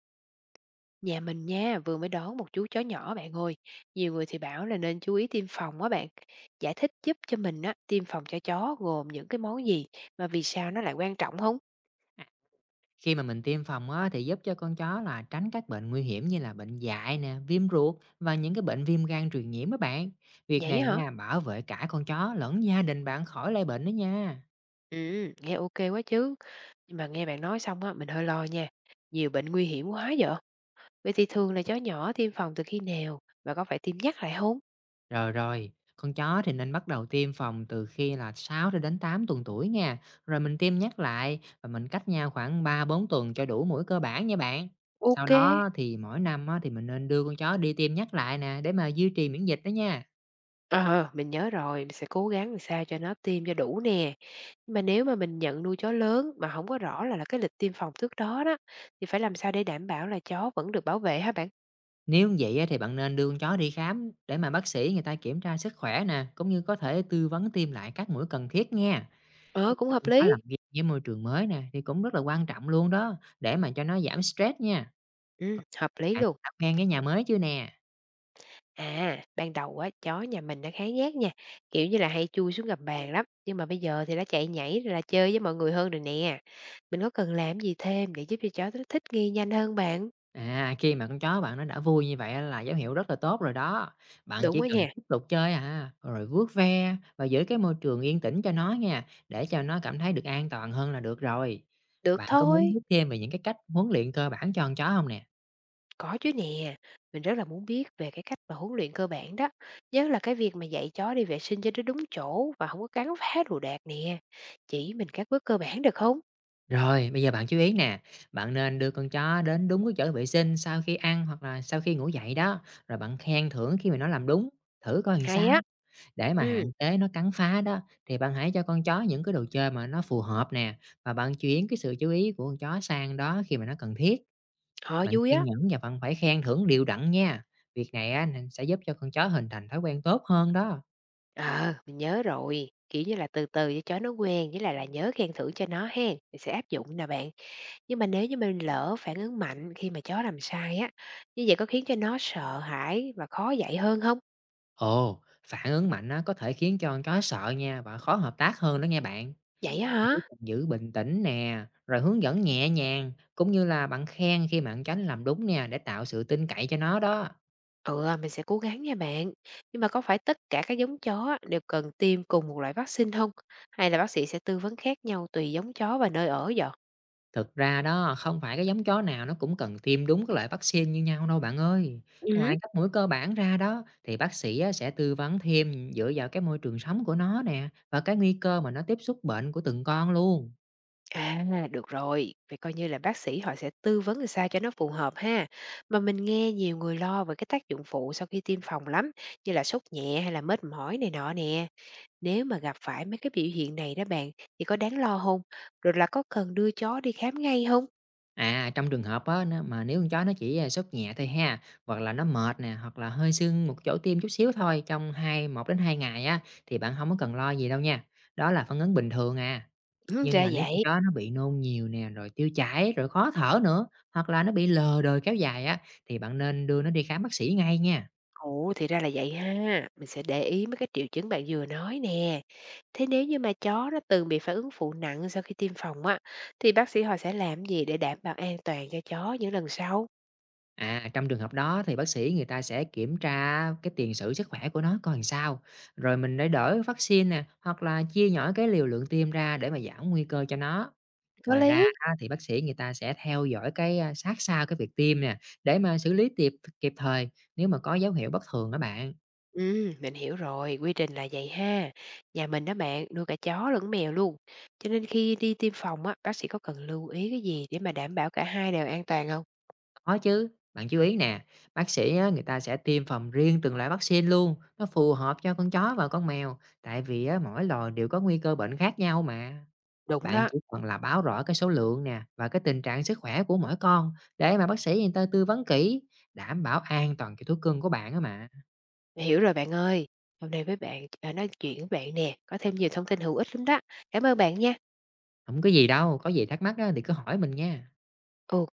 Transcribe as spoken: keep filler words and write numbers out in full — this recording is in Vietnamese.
Nhà mình nha, vừa mới đón một chú chó nhỏ bạn ơi. Nhiều người thì bảo là nên chú ý tiêm phòng á bạn. Giải thích giúp cho mình á, tiêm phòng cho chó gồm những cái món gì mà vì sao nó lại quan trọng không? À, khi mà mình tiêm phòng á, thì giúp cho con chó là tránh các bệnh nguy hiểm như là bệnh dại nè, viêm ruột và những cái bệnh viêm gan truyền nhiễm các bạn. Việc Vậy này hả? nha, bảo vệ cả con chó lẫn gia đình bạn khỏi lây bệnh đó nha. Ừ, nghe ok quá chứ. Nhưng mà nghe bạn nói xong á, mình hơi lo nha. Nhiều bệnh nguy hiểm quá vậy. Vậy thì thường là chó nhỏ tiêm phòng từ khi nào và có phải tiêm nhắc lại không? Rồi rồi, con chó thì nên bắt đầu tiêm phòng từ khi là sáu cho đến tám tuần tuổi nha. Rồi mình tiêm nhắc lại và mình cách nhau khoảng ba bốn tuần cho đủ mũi cơ bản nha bạn. Sau Ok. đó thì mỗi năm á, thì mình nên đưa con chó đi tiêm nhắc lại nè để mà duy trì miễn dịch đó nha. Ờ, mình nhớ rồi, mình sẽ cố gắng làm sao cho nó tiêm cho đủ nè. Nhưng mà nếu mà mình nhận nuôi chó lớn mà không có rõ là là cái lịch tiêm phòng trước đó đó, thì phải làm sao để đảm bảo là chó vẫn được bảo vệ hả bạn? Nếu vậy thì bạn nên đưa con chó đi khám để mà bác sĩ người ta kiểm tra sức khỏe nè, cũng như có thể tư vấn tiêm lại các mũi cần thiết nha. Giúp Ờ, cũng cho hợp con chó làm lý. việc với môi trường mới nè thì cũng rất là quan trọng luôn đó, để mà cho nó giảm stress nha. Ừm, Còn, hợp lý bạn luôn. đã quen với nhà mới chưa nè? À, ban đầu á, chó nhà mình nó khá nhát nha, kiểu như là hay chui xuống gầm bàn lắm, nhưng mà bây giờ thì nó chạy nhảy rồi là chơi với mọi người hơn rồi nè. Mình có cần làm gì thêm để giúp cho chó nó thích nghi nhanh hơn bạn? À, khi mà con chó bạn nó đã vui như vậy á là dấu hiệu rất là tốt rồi đó. Bạn chỉ Đúng á cần nha, tiếp tục chơi à, rồi vuốt ve và giữ cái môi trường yên tĩnh cho nó nha, để cho nó cảm thấy được an toàn hơn là được rồi. được Bạn có muốn thôi. biết thêm về những cái cách huấn luyện cơ bản cho con chó không nè? Có chứ nè, mình rất là muốn biết về cái cách mà huấn luyện cơ bản đó, nhất là cái việc mà dạy chó đi vệ sinh cho nó đúng chỗ và không có cắn phá đồ đạc nè. Chỉ mình các bước cơ bản được không? Rồi, bây giờ bạn chú ý nè, bạn nên đưa con chó đến đúng cái chỗ vệ sinh sau khi ăn hoặc là sau khi ngủ dậy đó, rồi bạn khen thưởng khi mà nó làm đúng, thử coi làm Hay sao. á. Để mà Ừ, hạn chế nó cắn phá đó, thì bạn hãy cho con chó những cái đồ chơi mà nó phù hợp nè, và bạn chuyển cái sự chú ý của con chó sang đó khi mà nó cần thiết. họ Bạn vui kiên á. nhẫn và bạn phải khen thưởng đều đặn nha. Việc này á, nên sẽ giúp cho con chó hình thành thói quen tốt hơn đó. Ờ, mình nhớ rồi. Kiểu như là từ từ cho chó nó quen, với lại là nhớ khen thưởng cho nó hen. Mình sẽ áp dụng nè bạn. Nhưng mà nếu như mình lỡ phản ứng mạnh khi mà chó làm sai á, như vậy có khiến cho nó sợ hãi và khó dạy hơn không? Ồ, phản ứng mạnh á, có thể khiến cho con chó sợ nha và khó hợp tác hơn đó nghe bạn. Vậy á Bạn chỉ hả? cần giữ bình tĩnh nè, rồi hướng dẫn nhẹ nhàng, cũng như là bạn khen khi mà bạn tránh làm đúng nè để tạo sự tin cậy cho nó đó. Ừ, à, mình sẽ cố gắng nha bạn. Nhưng mà có phải tất cả các giống chó á, đều cần tiêm cùng một loại vaccine không? Hay là bác sĩ sẽ tư vấn khác nhau tùy giống chó và nơi ở vậy? Thực ra đó, không phải cái giống chó nào nó cũng cần tiêm đúng cái loại vaccine như nhau đâu bạn ơi. Ngoài Ừ. các mũi cơ bản ra đó, thì bác sĩ á sẽ tư vấn thêm dựa vào cái môi trường sống của nó nè, và cái nguy cơ mà nó tiếp xúc bệnh của từng con luôn. À, được rồi. Vậy coi như là bác sĩ họ sẽ tư vấn làm sao cho nó phù hợp ha. Mà mình nghe nhiều người lo về cái tác dụng phụ sau khi tiêm phòng lắm, như là sốt nhẹ hay là mệt mỏi này nọ nè. Nếu mà gặp phải mấy cái biểu hiện này đó bạn, thì có đáng lo không? Rồi là có cần đưa chó đi khám ngay không? À, trong trường hợp á, nó mà nếu con chó nó chỉ, à, sốt nhẹ thôi ha, hoặc là nó mệt nè, hoặc là hơi sưng một chỗ tiêm chút xíu thôi trong hai một đến hai ngày á, thì bạn không có cần lo gì đâu nha. Đó là phản ứng bình thường à. Ừ, Nhưng ra mà nếu con vậy. chó nó bị nôn nhiều nè, rồi tiêu chảy, rồi khó thở nữa, hoặc là nó bị lờ đờ kéo dài á, thì bạn nên đưa nó đi khám bác sĩ ngay nha. Ồ, thì ra là vậy ha. Mình sẽ để ý mấy cái triệu chứng bạn vừa nói nè. Thế nếu như mà chó nó từng bị phản ứng phụ nặng sau khi tiêm phòng á, thì bác sĩ họ sẽ làm gì để đảm bảo an toàn cho chó những lần sau? À, trong trường hợp đó thì bác sĩ người ta sẽ kiểm tra cái tiền sử sức khỏe của nó coi làm sao, rồi mình để đổi vaccine nè, hoặc là chia nhỏ cái liều lượng tiêm ra để mà giảm nguy cơ cho nó. Có Ngoài ra lý. á, thì bác sĩ người ta sẽ theo dõi cái, a, sát sao cái việc tiêm nè, để mà xử lý kịp kịp thời nếu mà có dấu hiệu bất thường á bạn. Ừ, mình hiểu rồi, quy trình là vậy ha. Nhà mình đó bạn, nuôi cả chó lẫn mèo luôn. Cho nên khi đi tiêm phòng á, bác sĩ có cần lưu ý cái gì để mà đảm bảo cả hai đều an toàn không? Có chứ, bạn chú ý nè, bác sĩ á, người ta sẽ tiêm phòng riêng từng loại vaccine luôn, nó phù hợp cho con chó và con mèo, tại vì á, mỗi loài đều có nguy cơ bệnh khác nhau mà. Đúng Bạn đó, chỉ cần là báo rõ cái số lượng nè và cái tình trạng sức khỏe của mỗi con để mà bác sĩ người ta tư vấn kỹ, đảm bảo an toàn cho thú cưng của bạn á mà. mình hiểu rồi bạn ơi. Hôm nay với bạn, à, nói chuyện với bạn nè, có thêm nhiều thông tin hữu ích lắm đó. Cảm ơn bạn nha. Không có gì đâu, có gì thắc mắc á, thì cứ hỏi mình nha. Ừ.